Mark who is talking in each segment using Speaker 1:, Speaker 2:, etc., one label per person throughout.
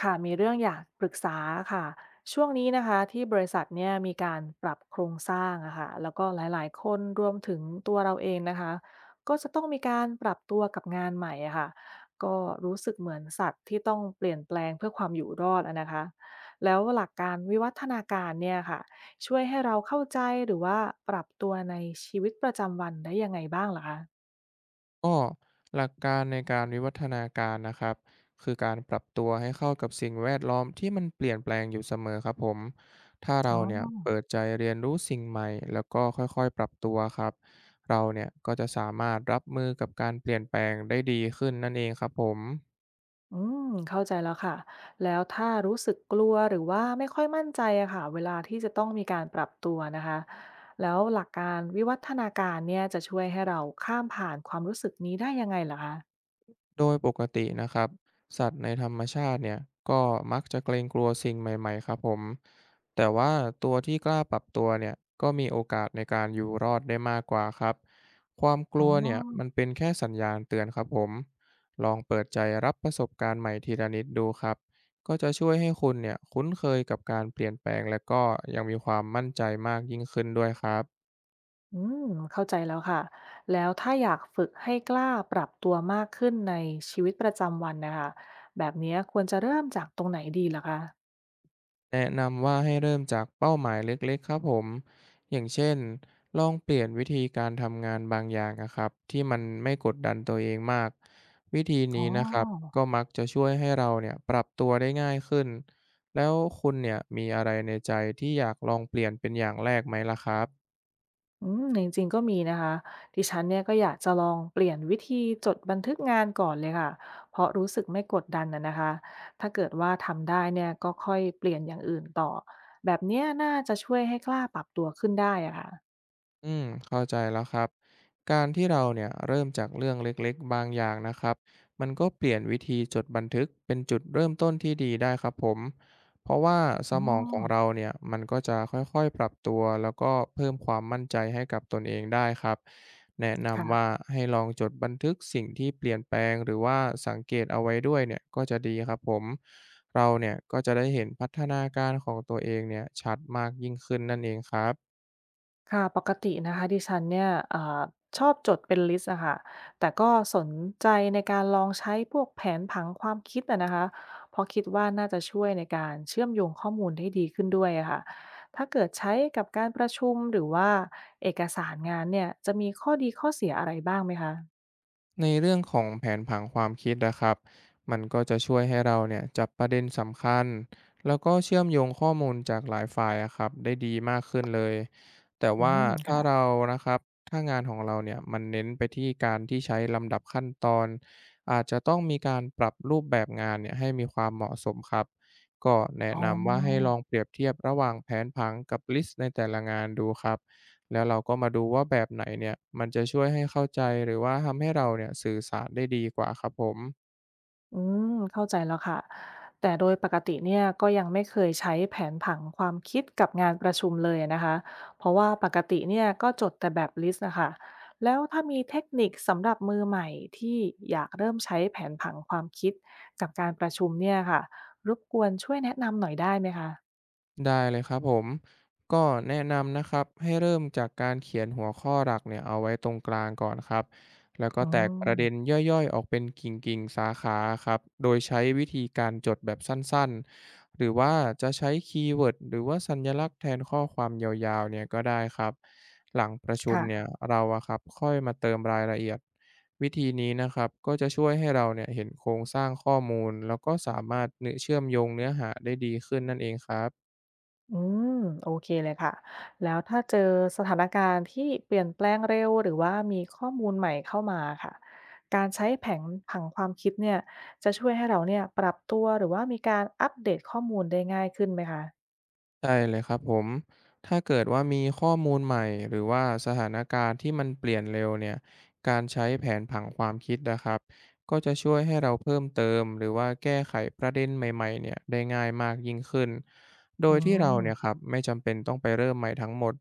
Speaker 1: ค่ะมีเรื่องอยากปรึกษาค่ะช่วงนี้นะคะที่บริษัทเนี่ยมีการปรับโครงสร้างอะค่ะแล้วก็หลายๆคนรวมถึงตัวเราเองนะคะก็จะต้องมีการปรับตัวกับงานใหม่อะค่ะก็รู้สึกเหมือนสัตว์ที่ต้องเปลี่ยนแปลงเพื่อความอยู่รอดอะนะคะแล้วหลักการวิวัฒนาการเนี่ยค่ะช่วยให้เราเข้าใจหรือว่าปรับตัวในชีวิตประจำวันได้ยังไงบ้างเหรอคะ
Speaker 2: ก็หลักการในการวิวัฒนาการนะครับคือการปรับตัวให้เข้ากับสิ่งแวดล้อมที่มันเปลี่ยนแปลงอยู่เสมอครับผมถ้าเรา
Speaker 1: อ๋
Speaker 2: เนี่ย
Speaker 1: อ
Speaker 2: เปิดใจเรียนรู้สิ่งใหม่แล้วก็ค่อยๆปรับตัวครับเราเนี่ยก็จะสามารถรับมือกับการเปลี่ยนแปลงได้ดีขึ้นนั่นเองครับผม
Speaker 1: อืมเข้าใจแล้วค่ะแล้วถ้ารู้สึกกลัวหรือว่าไม่ค่อยมั่นใจอะค่ะเวลาที่จะต้องมีการปรับตัวนะคะแล้วหลักการวิวัฒนาการเนี่ยจะช่วยให้เราข้ามผ่านความรู้สึกนี้ได้ยังไงลหรคะ
Speaker 2: โดยปกตินะครับสัตว์ในธรรมชาติเนี่ยก็มักจะเกรงกลัวสิ่งใหม่ๆครับผมแต่ว่าตัวที่กล้าปรับตัวเนี่ยก็มีโอกาสในการอยู่รอดได้มากกว่าครับความก
Speaker 1: อ๋อ
Speaker 2: ลัวเนี่ยมันเป็นแค่สัญญาณเตือนครับผมลองเปิดใจรับประสบการณ์ใหม่ทีละนิดดูครับก็จะช่วยให้คุณเนี่ยคุ้นเคยกับการเปลี่ยนแปลงและก็ยังมีความมั่นใจมากยิ่งขึ้นด้วยครับ
Speaker 1: อืมเข้าใจแล้วค่ะแล้วถ้าอยากฝึกให้กล้าปรับตัวมากขึ้นในชีวิตประจำวันนะคะแบบเนี้ยควรจะเริ่มจากตรงไหนดีล่ะคะ
Speaker 2: แนะนำว่าให้เริ่มจากเป้าหมายเล็กๆครับผมอย่างเช่นลองเปลี่ยนวิธีการทำงานบางอย่างนะครับที่มันไม่กดดันตัวเองมากวิธี
Speaker 1: อ๋อ
Speaker 2: นี้นะครับก็มักจะช่วยให้เราเนี่ยปรับตัวได้ง่ายขึ้นแล้วคุณเนี่ยมีอะไรในใจที่อยากลองเปลี่ยนเป็นอย่างแรกไหมล่ะครับ
Speaker 1: จริงๆก็มีนะคะดิฉันเนี่ยก็อยากจะลองเปลี่ยนวิธีจดบันทึกงานก่อนเลยค่ะเพราะรู้สึกไม่กดดันนะนะคะถ้าเกิดว่าทำได้เนี่ยก็ค่อยเปลี่ยนอย่างอื่นต่อแบบเนี้ยน่าจะช่วยให้กล้าปรับตัวขึ้นได้อะค่ะ
Speaker 2: เข้าใจแล้วครับการที่เราเนี่ยเริ่มจากเรื่องเล็กๆบางอย่างนะครับมันก็เปลี่ยนวิธีจดบันทึกเป็นจุดเริ่มต้นที่ดีได้ครับผมเพราะว่าส
Speaker 1: อ๋
Speaker 2: ม
Speaker 1: อ
Speaker 2: องของเราเนี่ยมันก็จะค่อยๆปรับตัวแล้วก็เพิ่มความมั่นใจให้กับตนเองได้ครับแนะนำว่า
Speaker 1: ค่ะ
Speaker 2: ให้ลองจดบันทึกสิ่งที่เปลี่ยนแปลงหรือว่าสังเกตเอาไว้ด้วยเนี่ยก็จะดีครับผมเราเนี่ยก็จะได้เห็นพัฒนาการของตัวเองเนี่ยชัดมากยิ่งขึ้นนั่นเองครับ
Speaker 1: ค่ะปกตินะคะดิฉันเนี่ยเอ่าชอบจดเป็นลิสต์อะค่ะแต่ก็สนใจในการลองใช้พวกแผนผังความคิดอะนะคะเพราะคิดว่าน่าจะช่วยในการเชื่อมโยงข้อมูลได้ดีขึ้นด้วยอะค่ะถ้าเกิดใช้กับการประชุมหรือว่าเอกสารงานเนี่ยจะมีข้อดีข้อเสียอะไรบ้างไหมคะ
Speaker 2: ในเรื่องของแผนผังความคิดนะครับมันก็จะช่วยให้เราเนี่ยจับประเด็นสำคัญแล้วก็เชื่อมโยงข้อมูลจากหลายฝ่ายอะครับได้ดีมากขึ้นเลย แต่
Speaker 1: อื
Speaker 2: ว่า
Speaker 1: ม
Speaker 2: ถ้า
Speaker 1: ค่ะ
Speaker 2: เรานะครับถ้างานของเราเนี่ยมันเน้นไปที่การที่ใช้ลำดับขั้นตอนอาจจะต้องมีการปรับรูปแบบงานเนี่ยให้มีความเหมาะสมครับก็แนะ
Speaker 1: อ๋
Speaker 2: นำว่าให้
Speaker 1: อ
Speaker 2: ลองเปรียบเทียบระหว่างแผนผังกับลิสต์ในแต่ละงานดูครับ แล้วเราก็มาดูว่าแบบไหนเนี่ยมันจะช่วยให้เข้าใจหรือว่าทำให้เราเนี่ยสื่อสารได้ดีกว่าครับผม
Speaker 1: อืเข้าใจแล้วค่ะแต่โดยปกติเนี่ยก็ยังไม่เคยใช้แผนผังความคิดกับงานประชุมเลยนะคะเพราะว่าปกติเนี่ยก็จดแต่แบบลิสต์นะคะแล้วถ้ามีเทคนิคสำหรับมือใหม่ที่อยากเริ่มใช้แผนผังความคิดกับการประชุมเนี่ยค่ะรบกวนช่วยแนะนำหน่อยได้ไหมคะ
Speaker 2: ได้เลยครับผม ก็แนะนำนะครับให้เริ่มจากการเขียนหัวข้อหลักเนี่ยเอาไว้ตรงกลางก่อนครับ แล้วก็
Speaker 1: อื
Speaker 2: แตกประเด็น
Speaker 1: ม
Speaker 2: ย่อยๆออกเป็นกิ่งๆสาขาครับ โดยใช้วิธีการจดแบบสั้นๆ หรือว่าจะใช้คีย์เวิร์ดหรือว่าสัญลักษณ์แทนข้อความยาวๆเนี่ยก็ได้ครับหลังประชุมเนี่ย
Speaker 1: ค่ะ
Speaker 2: เราอะครับค่อยมาเติมรายละเอียด วิธีนี้นะครับก็จะช่วยให้เราเนี่ยเห็นโครงสร้างข้อมูลแล้วก็สามารถเนื้อเชื่อมโยงเนื้อหาได้ดีขึ้นนั่นเองครับ
Speaker 1: อืมโอเคเลยค่ะแล้วถ้าเจอสถานการณ์ที่เปลี่ยนแปลงเร็วหรือว่ามีข้อมูลใหม่เข้ามาค่ะการใช้แผนผังความคิดเนี่ยจะช่วยให้เราเนี่ยปรับตัวหรือว่ามีการอัปเดตข้อมูลได้ง่ายขึ้นไหมคะ
Speaker 2: ใช่เลยครับผมถ้าเกิดว่ามีข้อมูลใหม่หรือว่าสถานการณ์ที่มันเปลี่ยนเร็วเนี่ยการใช้แผนผังความคิดนะครับก็จะช่วยให้เราเพิ่มเติมหรือว่าแก้ไขประเด็นใหม่ๆเนี่ยได้ง่ายมากยิ่งขึ้นโด
Speaker 1: อื
Speaker 2: ยที่เราเนี่ยค
Speaker 1: ม
Speaker 2: รับไม่จำเป็นต้องไปเริ่มใหม่ทั้งหมด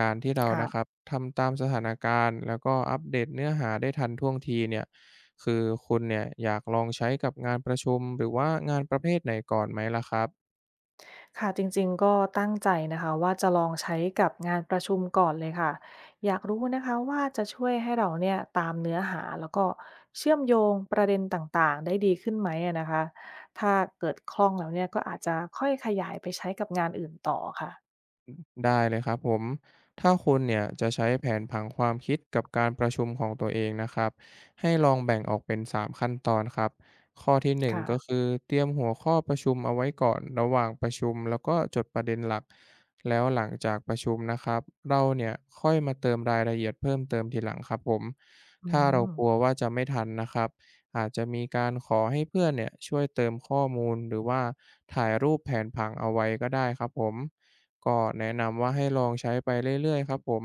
Speaker 2: การที่เรานะครับ
Speaker 1: ค่ะ
Speaker 2: ทำตามสถานการณ์แล้วก็อัปเดตเนื้อหาได้ทันท่วงทีเนี่ยคือคุณเนี่ยอยากลองใช้กับงานประชุมหรือว่างานประเภทไหนก่อนไหมล่ะครับ
Speaker 1: ค่ะจริงๆก็ตั้งใจนะคะว่าจะลองใช้กับงานประชุมก่อนเลยค่ะอยากรู้นะคะว่าจะช่วยให้เราเนี่ยตามเนื้อหาแล้วก็เชื่อมโยงประเด็นต่างๆได้ดีขึ้นไหมอะนะคะถ้าเกิดคล่องแล้วเนี่ยก็อาจจะค่อยขยายไปใช้กับงานอื่นต่อค่ะ
Speaker 2: ได้เลยครับผมถ้าคุณเนี่ยจะใช้แผนผังความคิดกับการประชุมของตัวเองนะครับให้ลองแบ่งออกเป็นสามขั้นตอนครับข้อที่1
Speaker 1: ค่ะ
Speaker 2: ก็คือเตรียมหัวข้อประชุมเอาไว้ก่อนระหว่างประชุมแล้วก็จดประเด็นหลักแล้วหลังจากประชุมนะครับเราเนี่ยค่อยมาเติมรายละเอียดเพิ่มเติมทีหลังครับผม
Speaker 1: อื
Speaker 2: ถ้าเรา
Speaker 1: ม
Speaker 2: กลัวว่าจะไม่ทันนะครับ อาจจะมีการขอให้เพื่อนเนี่ยช่วยเติมข้อมูลหรือว่าถ่ายรูปแผนผังเอาไว้ก็ได้ครับผมก็แนะนำว่าให้ลองใช้ไปเรื่อยๆครับผม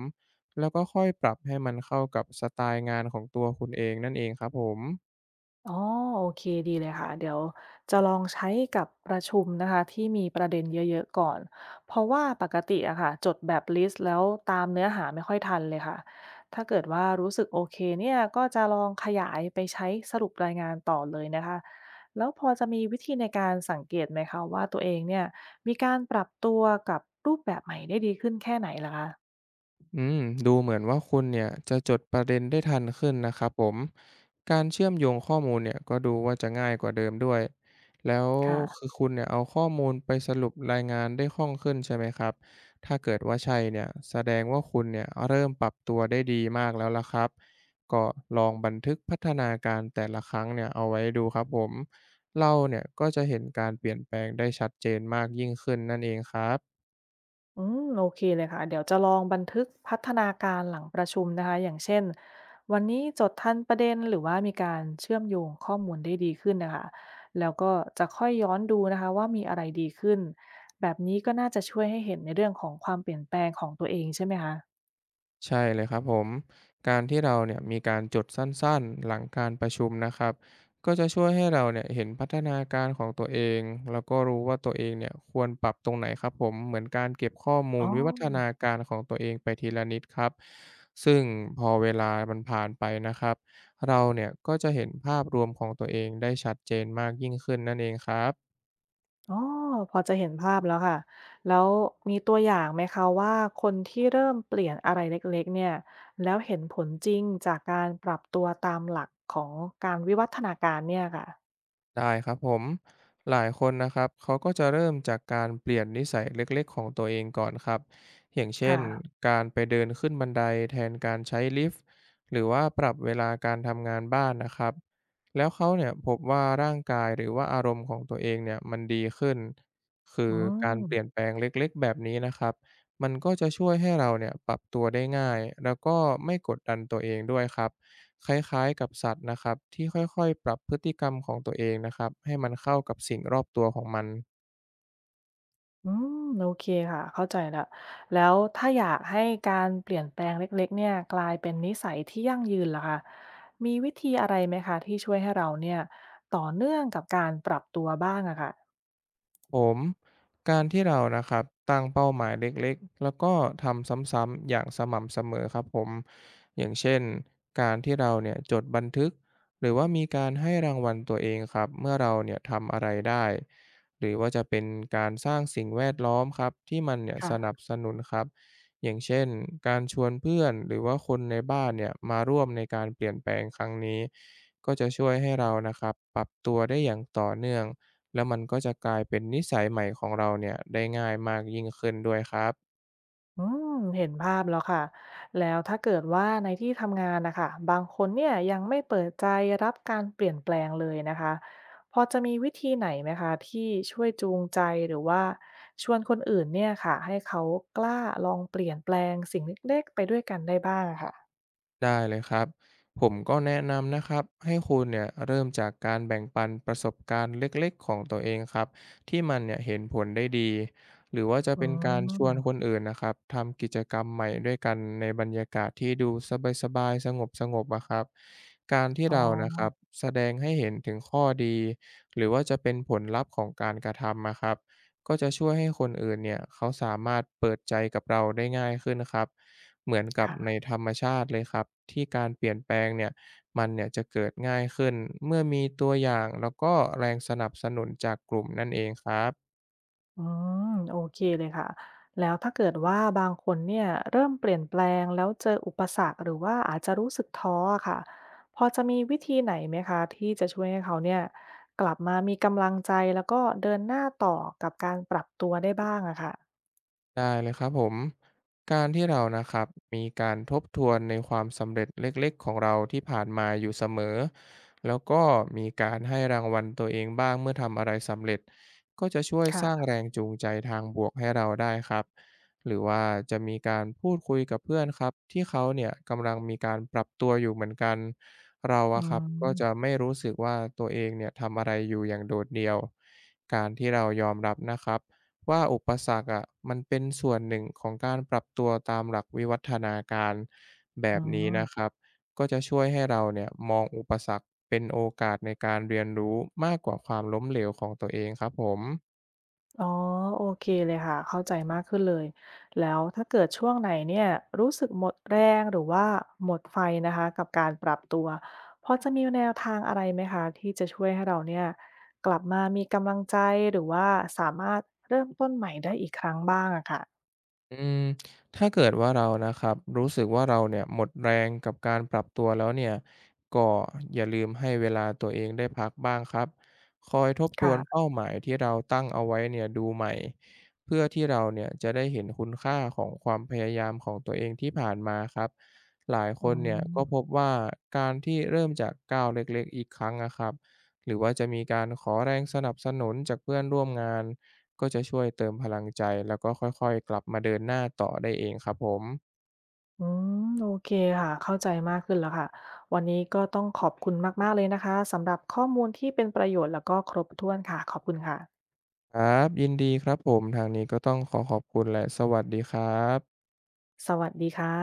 Speaker 2: แล้วก็ค่อยปรับให้มันเข้ากับสไตล์งานของตัวคุณเองนั่นเองครับผม
Speaker 1: อ๋อโอเคดีเลยค่ะเดี๋ยวจะลองใช้กับประชุมนะคะที่มีประเด็นเยอะๆก่อนเพราะว่าปกติอะค่ะจดแบบลิสต์แล้วตามเนื้อหาไม่ค่อยทันเลยค่ะถ้าเกิดว่ารู้สึกโอเคเนี่ยก็จะลองขยายไปใช้สรุปรายงานต่อเลยนะคะแล้วพอจะมีวิธีในการสังเกตไหมคะว่าตัวเองเนี่ยมีการปรับตัวกับรูปแบบใหม่ได้ดีขึ้นแค่ไหนล่ะคะ
Speaker 2: อืมดูเหมือนว่าคุณเนี่ยจะจดประเด็นได้ทันขึ้นนะครับผม การเชื่อมโยงข้อมูลเนี่ยก็ดูว่าจะง่ายกว่าเดิมด้วย แล้ว
Speaker 1: ค่ะ
Speaker 2: คือคุณเนี่ยเอาข้อมูลไปสรุปรายงานได้คล่องขึ้นใช่ไหมครับถ้าเกิดว่าใช่เนี่ยแสดงว่าคุณเนี่ยเริ่มปรับตัวได้ดีมากแล้วล่ะครับก็ลองบันทึกพัฒนาการแต่ละครั้งเนี่ยเอาไว้ดูครับผมเราเนี่ยก็จะเห็นการเปลี่ยนแปลงได้ชัดเจนมากยิ่งขึ้นนั่นเองครับ
Speaker 1: อืมโอเคเลยค่ะเดี๋ยวจะลองบันทึกพัฒนาการหลังประชุมนะคะอย่างเช่นวันนี้จดทันประเด็นหรือว่ามีการเชื่อมโยงข้อมูลได้ดีขึ้นนะคะแล้วก็จะค่อยย้อนดูนะคะว่ามีอะไรดีขึ้นแบบนี้ก็น่าจะช่วยให้เห็นในเรื่องของความเปลี่ยนแปลงของตัวเองใช่ไหมคะ
Speaker 2: ใช่เลยครับผมการที่เราเนี่ยมีการจดสั้นๆหลังการประชุมนะครับก็จะช่วยให้เราเนี่ยเห็นพัฒนาการของตัวเองแล้วก็รู้ว่าตัวเองเนี่ยควรปรับตรงไหนครับผมเหมือนการเก็บข้อมู
Speaker 1: อ๋
Speaker 2: ล
Speaker 1: อ
Speaker 2: วิวัฒนาการของตัวเองไปทีละนิดครับซึ่งพอเวลามันผ่านไปนะครับเราเนี่ยก็จะเห็นภาพรวมของตัวเองได้ชัดเจนมากยิ่งขึ้นนั่นเองครับ
Speaker 1: อ๋อพอจะเห็นภาพแล้วค่ะแล้วมีตัวอย่างไหมคะว่าคนที่เริ่มเปลี่ยนอะไรเล็กๆเนี่ยแล้วเห็นผลจริงจากการปรับตัวตามหลักของการวิวัฒนาการเนี่ยค่ะ
Speaker 2: ได้ครับผมหลายคนนะครับเขาก็จะเริ่มจากการเปลี่ยนนิสัยเล็กๆของตัวเองก่อนครับอย่างเช่น
Speaker 1: ค่ะ
Speaker 2: การไปเดินขึ้นบันไดแทนการใช้ลิฟต์หรือว่าปรับเวลาการทำงานบ้านนะครับแล้วเขาเนี่ยพบว่าร่างกายหรือว่าอารมณ์ของตัวเองเนี่ยมันดีขึ้นคือ
Speaker 1: อื
Speaker 2: การเป
Speaker 1: ม
Speaker 2: ลี่ยนแปลงเล็กๆแบบนี้นะครับมันก็จะช่วยให้เราเนี่ยปรับตัวได้ง่ายแล้วก็ไม่กดดันตัวเองด้วยครับ คล้ายๆกับสัตว์นะครับที่ค่อยๆปรับพฤติกรรมของตัวเองนะครับให้มันเข้ากับสิ่งรอบตัวของมัน
Speaker 1: อืโอเคค่ะเข้าใจละแล้วถ้าอยากให้การเปลี่ยนแปลงเล็กๆเนี่ยกลายเป็นนิสัยที่ยั่งยืนล่ะคะมีวิธีอะไรไหมคะที่ช่วยให้เราเนี่ยต่อเนื่องกับการปรับตัวบ้างอะค่ะ
Speaker 2: ผมการที่เรานะครับตั้งเป้าหมายเล็กๆแล้วก็ทำซ้ำๆอย่างสม่ำเสมอครับผมอย่างเช่นการที่เราเนี่ยจดบันทึกหรือว่ามีการให้รางวัลตัวเองครับเมื่อเราเนี่ยทำอะไรได้หรือว่าจะเป็นการสร้างสิ่งแวดล้อมครับที่มันเนี่ยสนั
Speaker 1: ค่ะ
Speaker 2: บสนุนครับอย่างเช่นการชวนเพื่อนหรือว่าคนในบ้านเนี่ยมาร่วมในการเปลี่ยนแปลงครั้งนี้ก็จะช่วยให้เรานะครับปรับตัวได้อย่างต่อเนื่อง แล้วมันก็จะกลายเป็นนิสัยใหม่ของเราเนี่ยได้ง่ายมากยิ่งขึ้นด้วยครับ
Speaker 1: อืมเห็นภาพแล้วค่ะแล้วถ้าเกิดว่าในที่ทำงานนะคะบางคนเนี่ยยังไม่เปิดใจรับการเปลี่ยนแปลงเลยนะคะพอจะมีวิธีไหนไหมคะที่ช่วยจูงใจหรือว่าชวนคนอื่นเนี่ยค่ะให้เขากล้าลองเปลี่ยนแปลงสิ่งเล็กๆไปด้วยกันได้บ้างอะค่ะ
Speaker 2: ได้เลยครับผมก็แนะนำนะครับให้คุณเนี่ยเริ่มจากการแบ่งปันประสบการณ์เล็กๆของตัวเองครับที่มันเนี่ยเห็นผลได้ดีหรือว่าจะ
Speaker 1: อื
Speaker 2: เป็นการชวนคน
Speaker 1: ม
Speaker 2: อื่นนะครับทำกิจกรรมใหม่ด้วยกันในบรรยากาศที่ดูสบายๆสงบๆอะครับการที่
Speaker 1: อ๋อ
Speaker 2: เรานะครับแสดงให้เห็นถึงข้อดีหรือว่าจะเป็นผลลัพธ์ของการกระทำนะครับ ก็จะช่วยให้คนอื่นเนี่ยเขาสามารถเปิดใจกับเราได้ง่ายขึ้นครับ เหมือนกับใน
Speaker 1: ค่ะ
Speaker 2: ธรรมชาติเลยครับที่การเปลี่ยนแปลงเนี่ยมันเนี่ยจะเกิดง่ายขึ้นเมื่อมีตัวอย่างแล้วก็แรงสนับสนุนจากกลุ่มนั่นเองครับ
Speaker 1: อืมโอเคเลยค่ะแล้วถ้าเกิดว่าบางคนเนี่ยเริ่มเปลี่ยนแปลงแล้วเจออุปสรรคหรือว่าอาจจะรู้สึกท้ออะค่ะพอจะมีวิธีไหนไหมคะที่จะช่วยให้เขาเนี่ยกลับมามีกำลังใจแล้วก็เดินหน้าต่อกับการปรับตัวได้บ้างอะค่ะ
Speaker 2: ได้เลยครับผมการที่เรานะครับมีการทบทวนในความสำเร็จเล็กๆของเราที่ผ่านมาอยู่เสมอแล้วก็มีการให้รางวัลตัวเองบ้างเมื่อทำอะไรสำเร็จก็จะช่วยสร้าง
Speaker 1: ค่ะ
Speaker 2: แรงจูงใจทางบวกให้เราได้ครับหรือว่าจะมีการพูดคุยกับเพื่อนครับที่เขาเนี่ยกำลังมีการปรับตัวอยู่เหมือนกันเรา
Speaker 1: อื
Speaker 2: อะครับก็จะ
Speaker 1: ม
Speaker 2: ไม่รู้สึกว่าตัวเองเนี่ยทำอะไรอยู่อย่างโดดเดี่ยวการที่เรายอมรับนะครับ ว่าอุปสรรคอะมันเป็นส่วนหนึ่งของการปรับตัวตามหลักวิวัฒนาการแบ
Speaker 1: อื
Speaker 2: บนี้นะ
Speaker 1: ม
Speaker 2: ครับก็จะช่วยให้เราเนี่ยมองอุปสรรคเป็นโอกาสในการเรียนรู้มากกว่าความล้มเหลวของตัวเองครับผม
Speaker 1: อ๋อโอเคเลยค่ะเข้าใจมากขึ้นเลยแล้วถ้าเกิดช่วงไหนเนี่ยรู้สึกหมดแรงหรือว่าหมดไฟนะคะกับการปรับตัวพอจะมีแนวทางอะไรไหมคะที่จะช่วยให้เราเนี่ยกลับมามีกำลังใจหรือว่าสามารถเริ่มต้นใหม่ได้อีกครั้งบ้างอะค่ะ
Speaker 2: อืมถ้าเกิดว่าเรานะครับรู้สึกว่าเราเนี่ยหมดแรงกับการปรับตัวแล้วเนี่ยก็อย่าลืมให้เวลาตัวเองได้พักบ้างครับคอยทบทวนเป้า
Speaker 1: ค่ะ
Speaker 2: หมายที่เราตั้งเอาไว้เนี่ยดูใหม่เพื่อที่เราเนี่ยจะได้เห็นคุณค่าของความพยายามของตัวเองที่ผ่านมาครับหลายค
Speaker 1: อื
Speaker 2: นเนี่ย
Speaker 1: ม
Speaker 2: ก็พบว่าการที่เริ่มจากก้าวเล็กๆอีกครั้งนะครับหรือว่าจะมีการขอแรงสนับสนุนจากเพื่อนร่วมงาน ก็จะช่วยเติมพลังใจแล้วก็ค่อยๆกลับมาเดินหน้าต่อได้เองครับผม
Speaker 1: อืมโอเคค่ะเข้าใจมากขึ้นแล้วค่ะวันนี้ก็ต้องขอบคุณมากๆเลยนะคะสำหรับข้อมูลที่เป็นประโยชน์แล้วก็ครบถ้วนค่ะขอบคุณค่ะ
Speaker 2: ครับยินดีครับผมทางนี้ก็ต้องขอขอบคุณและสวัสดีครับ
Speaker 1: สวัสดีค่ะ